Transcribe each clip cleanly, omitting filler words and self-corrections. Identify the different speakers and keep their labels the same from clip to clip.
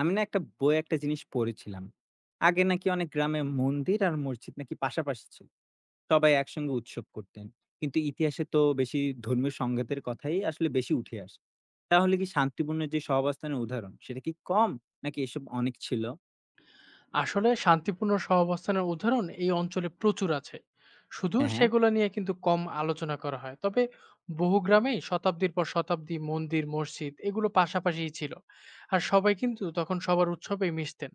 Speaker 1: আমি না একটা বইয়ে একটা জিনিস পড়েছিলাম। আগে নাকি অনেক গ্রামে মন্দির আর মসজিদ নাকি পাশাপাশি ছিল। সবাই একসঙ্গে উৎসব করতেন। কিন্তু ইতিহাসে তো বেশি ধর্মীয় সংঘাতের কথাই আসলে বেশি উঠে আসে। তাহলে কি শান্তিপূর্ণ যে সহাবস্থানের উদাহরণ সেটা কি কম? নাকি এসব অনেক ছিল?
Speaker 2: আসলে শান্তিপূর্ণ সহাবস্থানের উদাহরণ এই অঞ্চলে প্রচুর আছে, শুধু
Speaker 1: হ্যাঁ, হ্যাঁ।
Speaker 2: সেগুলো নিয়ে কিন্তু কম আলোচনা করা হয়। তবে বহু গ্রামেই শতাব্দীর পর শতাব্দী মন্দির মসজিদ এগুলো পাশাপাশিই ছিল, আর সবাই কিন্তু তখন সবার উৎসবে মিশতেন।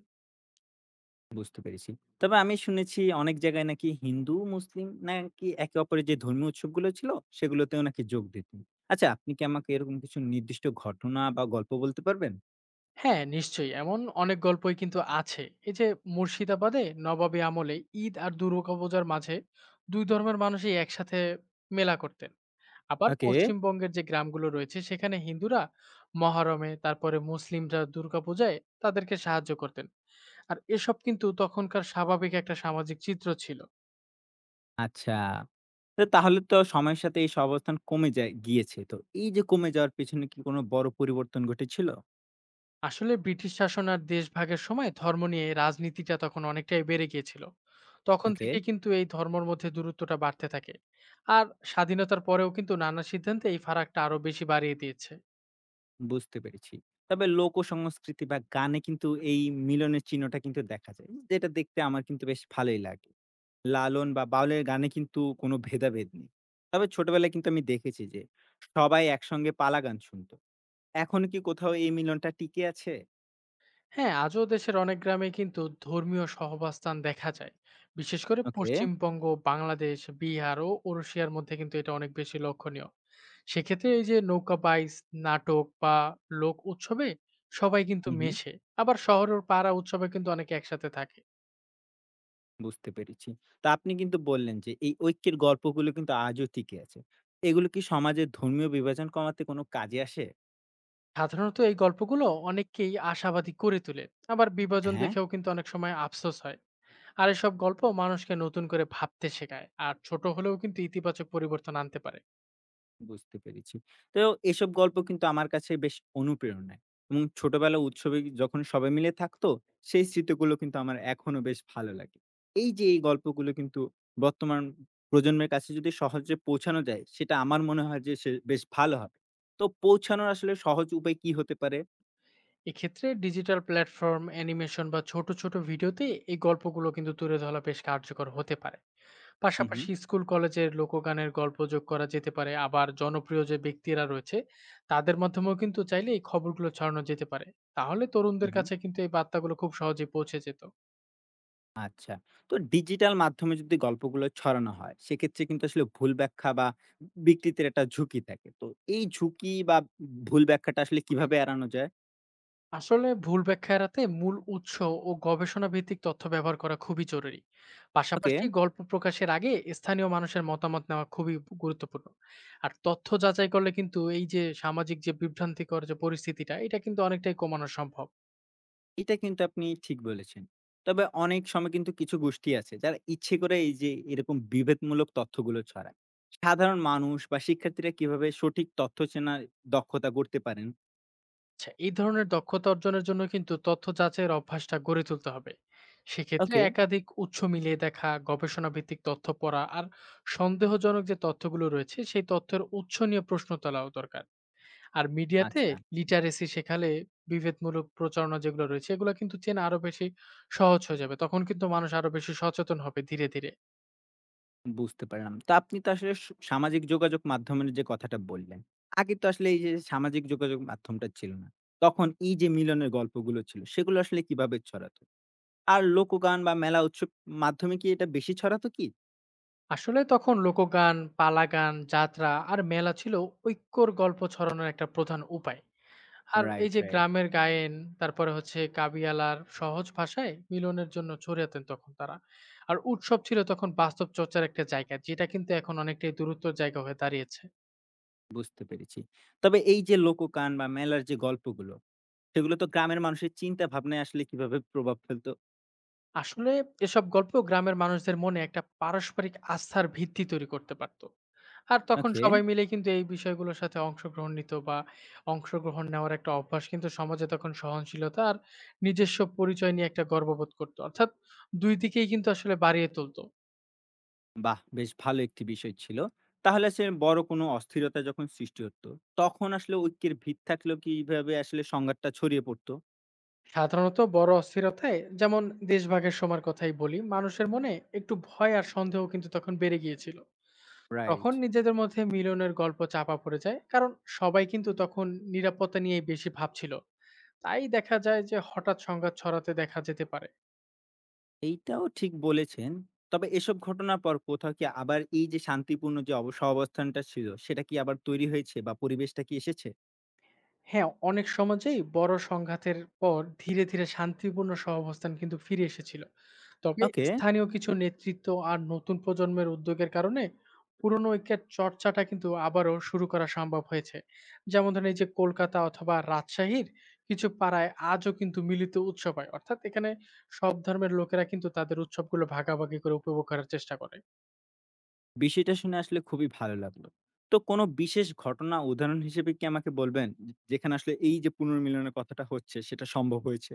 Speaker 1: বুঝতে পেরেছি। তবে আমি শুনেছি অনেক জায়গায় নাকি হিন্দু, মুসলিম নাকি একে অপরের যে ধর্মীয় উৎসবগুলো ছিল সেগুলোতেও নাকি যোগ দিতেন। আচ্ছা আপনি কি আমাকে এরকম কিছু নির্দিষ্ট ঘটনা বা গল্প বলতে পারবেন?
Speaker 2: হ্যাঁ, নিশ্চয়ই এমন অনেক গল্পই কিন্তু আছে। এই যে মুর্শিদাবাদে নবাবী আমলে ঈদ আর দুর্গাপূজার মাঝে দুই ধর্মের মানুষই একসাথে মেলা করতেন। আবার
Speaker 1: ওকে।
Speaker 2: পশ্চিমবঙ্গের যে গ্রামগুলো রয়েছে সেখানে হিন্দুরা মহরমে, তারপরে মুসলিমরা দুর্গাপূজায় তাদেরকে সাহায্য করতেন। আর এসব কিন্তু তখনকার স্বাভাবিক একটা সামাজিক চিত্র ছিল।
Speaker 1: আচ্ছা। তো তাহলে তো সময়ের সাথে এই অবস্থান কমে যায় গিয়েছে। তো এই যে কমে যাওয়ার পেছনে কি কোনো বড় পরিবর্তন ঘটেছিল?
Speaker 2: আসলে ব্রিটিশ শাসন আর দেশভাগের সময় ধর্ম নিয়ে রাজনীতিটা তখন অনেকটাই বেড়ে গিয়েছিল। তখন
Speaker 1: ওকে।
Speaker 2: থেকে কিন্তু এই ধর্মর মধ্যে দূরত্বটা বাড়তে থাকে। আর স্বাধীনতার পরেও কিন্তু নানা সিদ্ধান্তে এই ফারাকটা আরো বেশি বাড়িয়ে দিয়েছে।
Speaker 1: বুঝতে পেরেছি। তবে লোক সংস্কৃতি বা গানে কিন্তু এই মিলনের চিহ্নটা কিন্তু দেখা যায়। যেটা দেখতে আমার কিন্তু বেশ ভালোই লাগে। লালন বা বাউলের গানে কিন্তু কোনো ভেদাভেদ নেই। তবে ছোটবেলায় কিন্তু আমি দেখেছি যে সবাই একসঙ্গে পালা গান শুনতো। এখনো কি কোথাও এই মিলনটা টিকে আছে?
Speaker 2: হ্যাঁ, আজও দেশের অনেক গ্রামে কিন্তু ধর্মীয় সহাবস্থান দেখা যায়। বিশেষ করে
Speaker 1: ওকে।
Speaker 2: পশ্চিমবঙ্গ, বাংলাদেশ, বিহার ও রুশিয়ার মধ্যে কিন্তু এটা অনেক বেশি লক্ষণীয়। সেক্ষেত্রে এই যে নৌকা বাইচ, নাটক বা লোক উৎসবে সবাই কিন্তু
Speaker 1: হু, হু।
Speaker 2: মেশে। আবার শহর ও পাড়া উৎসবে কিন্তু অনেকে একসাথে থাকে।
Speaker 1: বুঝতে পেরেছি। তো আপনি কিন্তু বললেন যে এই ঐক্যের গল্পগুলো কিন্তু আজও টিকে আছে। এগুলো কি সমাজের ধর্মীয় বিভাজন কমাতে কোনো কাজে আসে?
Speaker 2: সাধারণত এই গল্পগুলো অনেককেই আশাবাদী করে তোলে। আবার বিভাজন
Speaker 1: হ্যাঁ।
Speaker 2: দেখেও কিন্তু অনেক সময় আফসোস হয়। আর এসব গল্প মানুষকে নতুন করে ভাবতে শেখায়। আর ছোট হলেও কিন্তু ইতিবাচক পরিবর্তন আনতে পারে।
Speaker 1: বুঝতে পেরেছি। তো এসব গল্প কিন্তু আমার কাছে বেশ অনুপ্রেরণায় এবং ছোটবেলা উৎসবে যখন সবাই মিলে থাকতো, সেই স্মৃতিগুলো কিন্তু আমার এখনো বেশ ভালো লাগে। এই যে এই গল্পগুলো কিন্তু বর্তমান প্রজন্মের কাছে যদি সহজে পৌঁছানো যায়, সেটা আমার মনে হয় যে সে বেশ ভালো হবে। তো পৌঁছানোর আসলে সহজ উপায় কি হতে পারে?
Speaker 2: এক্ষেত্রে ডিজিটাল প্ল্যাটফর্ম, অ্যানিমেশন বা ছোট ছোট ভিডিওতে এই গল্পগুলো কিন্তু তুলে ধরা বেশ কার্যকর হতে পারে।
Speaker 1: হু, হু,
Speaker 2: পাশাপাশি স্কুল কলেজের লোকগানের গল্প যোগ করা যেতে পারে। আবার জনপ্রিয় যে ব্যক্তিরা রয়েছে তাদের মাধ্যমেও কিন্তু চাইলে এই খবরগুলো ছড়ানো যেতে পারে। তাহলে
Speaker 1: হু,
Speaker 2: তরুণদের
Speaker 1: হু।
Speaker 2: কাছে কিন্তু এই বার্তাগুলো খুব সহজে পৌঁছে যেত।
Speaker 1: আচ্ছা। তো ডিজিটাল মাধ্যমে যদি গল্পগুলো ছড়ানো হয়, সেক্ষেত্রে কিন্তু আসলে ভুল ব্যাখ্যা বা বিকৃতির একটা ঝুঁকি থাকে। তো এই ঝুঁকি বা ভুল ব্যাখ্যাটা আসলে কিভাবে এড়ানো যায়?
Speaker 2: আসলে ভুল ব্যাখ্যা এড়াতে মূল উৎস ও গবেষণা ভিত্তিক তথ্য ব্যবহার করা খুবই জরুরি।
Speaker 1: ওকে।
Speaker 2: পাশাপাশি গল্প প্রকাশের আগে স্থানীয় মানুষের মতামত নেওয়া খুবই গুরুত্বপূর্ণ। আর তথ্য যাচাই করলে কিন্তু এই যে সামাজিক যে বিভ্রান্তিকর যে পরিস্থিতিটা, এটা কিন্তু অনেকটাই কমানো সম্ভব।
Speaker 1: এটা কিন্তু আপনি ঠিক বলেছেন। তবে অনেক সময় কিন্তু কিছু গোষ্ঠী আছে যারা ইচ্ছে করে এই যে এরকম বিভেদমূলক তথ্যগুলো ছড়ায়। সাধারণ মানুষ বা শিক্ষার্থীরা কিভাবে সঠিক তথ্য চেনার দক্ষতা গড়তে পারেন?
Speaker 2: আচ্ছা, এই ধরনের দক্ষতা অর্জনের জন্য কিন্তু তথ্য যাচাইয়ের অভ্যাসটা গড়ে তুলতে হবে। সেক্ষেত্রে
Speaker 1: ওকে।
Speaker 2: একাধিক উৎস মিলিয়ে দেখা, গবেষণা ভিত্তিক তথ্য পড়া আর সন্দেহজনক যে তথ্যগুলো রয়েছে সেই তথ্যের উৎস নিয়ে প্রশ্ন তোলাও দরকার। আর মিডিয়াতে
Speaker 1: আচ্ছা।
Speaker 2: লিটারেসি শেখালে বিভেদমূলক প্রচারণা যেগুলো রয়েছে, এগুলো কিন্তু চেনা আরো বেশি সহজ হয়ে যাবে। তখন কিন্তু মানুষ আরো বেশি সচেতন হবে ধীরে, ধীরে।
Speaker 1: বুঝতে পারলাম। তো আপনি তো আসলে সামাজিক যোগাযোগ মাধ্যমের যে কথাটা বললেন, আগে তো আসলে এই যে সামাজিক যোগাযোগ মাধ্যমটা ছিল না। তখন এই যে মিলনের গল্পগুলো ছিল, সেগুলো আসলে কিভাবে ছড়াতো? আর লোকগান বা মেলা উৎসব মাধ্যমে কি এটা বেশি ছড়াতো কি?
Speaker 2: আসলে তখন লোকগান, পালাগান, যাত্রা আর মেলা ছিল ঐক্যর গল্প ছড়ানোর একটা প্রধান উপায়। আর এই
Speaker 1: রাইট,
Speaker 2: যে
Speaker 1: রাইট।
Speaker 2: গ্রামের গায়েন, তারপরে হচ্ছে কাবিয়ালার সহজ ভাষায় মিলনের জন্য ছড়িয়াতেন তখন তারা। আর উৎসব ছিল তখন বাস্তব চর্চার একটা জায়গা, যেটা কিন্তু এখন অনেকটাই দূরত্বর জায়গা হয়ে দাঁড়িয়েছে।
Speaker 1: বুঝতে পেরেছি। তবে এই যে লোকগান বা মেলার যে গল্পগুলো, সেগুলো তো গ্রামের মানুষের চিন্তা ভাবনায় আসলে কিভাবে প্রভাব ফেলতো?
Speaker 2: আসলে এসব গল্প গ্রামের মানুষদের মনে একটা পারস্পরিক আস্থার ভিত্তি তৈরি করতে পারতো। আর তখন
Speaker 1: ওকে।
Speaker 2: সবাই মিলে কিন্তু এই বিষয়গুলোর সাথে অংশগ্রহণ নিত বা অংশগ্রহণ নেওয়ার একটা অভ্যাস কিন্তু সমাজে তখন সহনশীলতা আর নিজস্ব পরিচয় নিয়ে একটা গর্ববোধ করতো। অর্থাৎ দুই দিকেই কিন্তু আসলে বাড়িয়ে তুলতো।
Speaker 1: বাহ! বেশ ভালো একটি বিষয় ছিল। তাহলে আসলে বড় কোনো অস্থিরতা যখন সৃষ্টি হতো, তখন আসলে ঐক্যের ভিত থাকলেও কিভাবে আসলে সংঘাতটা ছড়িয়ে পড়তো?
Speaker 2: সাধারণত বড় অস্থিরতায় যেমন দেশভাগের সময়ের কথাই বলি, মানুষের মনে একটু ভয় আর সন্দেহ কিন্তু তখন বেড়ে গিয়েছিল।
Speaker 1: রাইট।
Speaker 2: তখন নিজেদের মধ্যে মিলনের গল্প চাপা পড়ে যায়, কারণ সবাই কিন্তু তখন নিরাপত্তা নিয়েই বেশি ভাবছিল। তাই দেখা যায় যে হঠাৎ সংঘাত ছড়াতে দেখা যেতে পারে।
Speaker 1: এইটাও ঠিক বলেছেন। তবে এসব ঘটনার পর কোথাও কি আবার এই যে শান্তিপূর্ণ যে সহাবস্থানটা ছিল, সেটা কি আবার তৈরি হয়েছে বা পরিবেশটা কি এসেছে?
Speaker 2: হ্যাঁ, অনেক সমাজেই বড় সংঘাতের পর ধীরে, ধীরে শান্তিপূর্ণ সহাবস্থান কিন্তু ফিরে এসেছিল। তবে
Speaker 1: ওকে।
Speaker 2: স্থানীয় কিছু নেতৃত্ব আর নতুন প্রজন্মের উদ্যোগের কারণে পুরনো ঐক্যের চর্চাটা কিন্তু আবারও শুরু করা সম্ভব হয়েছে। যেমন ধরেন এই যে কলকাতা অথবা রাজশাহীর কিছু পাড়ায় আজও কিন্তু মিলিত উৎসব হয়। অর্থাৎ এখানে সব ধর্মের লোকেরা কিন্তু তাদের উৎসবগুলো ভাগাভাগি করে উপভোগ করার চেষ্টা করে।
Speaker 1: বিষয়টা শুনে আসলে খুবই ভালো লাগলো। তো কোনো বিশেষ ঘটনা উদাহরণ হিসেবে কি আমাকে বলবেন? যে যেখানে আসলে এই যে পুনর্মিলনের কথাটা হচ্ছে, সেটা সম্ভব হয়েছে?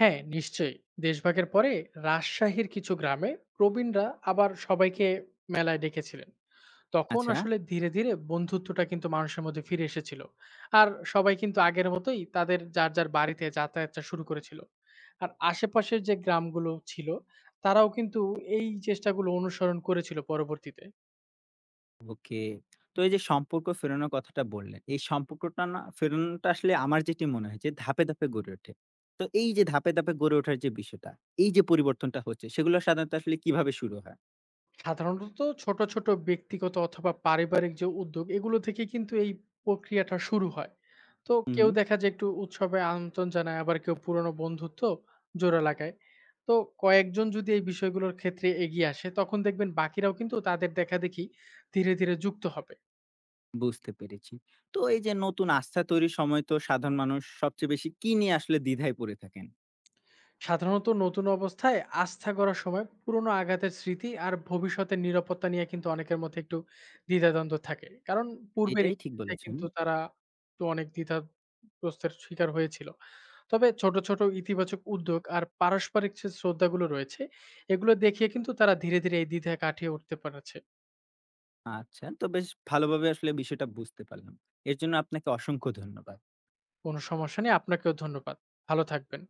Speaker 2: হ্যাঁ, নিশ্চয়ই। দেশভাগের পরে রাজশাহীর কিছু গ্রামে প্রবীণরা আবার সবাইকে মেলায় ডেকেছিলেন। তখন
Speaker 1: আচ্ছা।
Speaker 2: আসলে ধীরে, ধীরে বন্ধুত্বটা কিন্তু মানুষের মধ্যে ফিরে এসেছিল। আর সবাই কিন্তু আগের মতোই তাদের যার, যার বাড়িতে যাতায়াতটা শুরু করেছিল। আর আশেপাশের যে গ্রামগুলো ছিল, তারাও কিন্তু এই চেষ্টাগুলো অনুসরণ করেছিল পরবর্তীতে।
Speaker 1: ওকে। তো এই যে সম্পর্ক ফেরানোর কথাটা বললেন, এই সম্পর্কটা না ফেরানোটা আসলে আমার যেটি মনে হয় যে ধাপে, ধাপে গড়ে ওঠে। তো এই যে ধাপে, ধাপে গড়ে ওঠার যে বিষয়টা, এই যে পরিবর্তনটা হচ্ছে সেগুলো সাধারণত আসলে কিভাবে শুরু হয়?
Speaker 2: সাধারণত ছোট, ছোট ব্যক্তিগত অথবা পারিবারিক যে উদ্যোগ, এগুলো থেকে কিন্তু এই প্রক্রিয়াটা শুরু হয়। তো
Speaker 1: হুম,
Speaker 2: কেউ
Speaker 1: হুম।
Speaker 2: দেখা যায় একটু উৎসবে আমন্ত্রণ জানায়, আবার কেউ পুরনো বন্ধুত্ব জোড়া লাগায়। তো কয়েকজন যদি এই বিষয়গুলোর ক্ষেত্রে এগিয়ে আসে তখন দেখবেন বাকিরাও কিন্তু তাদের দেখাদেখি ধীরে, ধীরে যুক্ত হবে।
Speaker 1: বুঝতে পেরেছি। তো এই যে নতুন আস্থা তৈরির সময় তো সাধারণ মানুষ সবচেয়ে বেশি কি নিয়ে আসলে দ্বিধায় পড়ে থাকেন?
Speaker 2: সাধারণত নতুন অবস্থায় আস্থা গড়ার সময় পুরনো আঘাতের স্মৃতি আর ভবিষ্যতের নিরাপত্তা নিয়ে কিন্তু অনেকের মধ্যে একটু দ্বিধাদ্বন্দ্ব থাকে, কারণ পূর্বের
Speaker 1: এটাই ঠিক
Speaker 2: ইতিহাসে
Speaker 1: বলেছেন।
Speaker 2: কিন্তু তারা তো অনেক দ্বিধাগ্রস্তের শিকার হয়েছিল। তবে ছোট ছোট ইতিবাচক উদ্যোগ আর পারস্পরিক যে শ্রদ্ধাগুলো রয়েছে এগুলো দেখিয়ে কিন্তু তারা ধীরে ধীরে এই দ্বিধা কাটিয়ে উঠতে পারছে।
Speaker 1: আচ্ছা, তো বেশ ভালোভাবে আসলে বিষয়টা বুঝতে পারলাম। এর জন্য আপনাকে অসংখ্য ধন্যবাদ।
Speaker 2: কোনো সমস্যা নেই, আপনাকেও ধন্যবাদ। ভালো থাকবেন।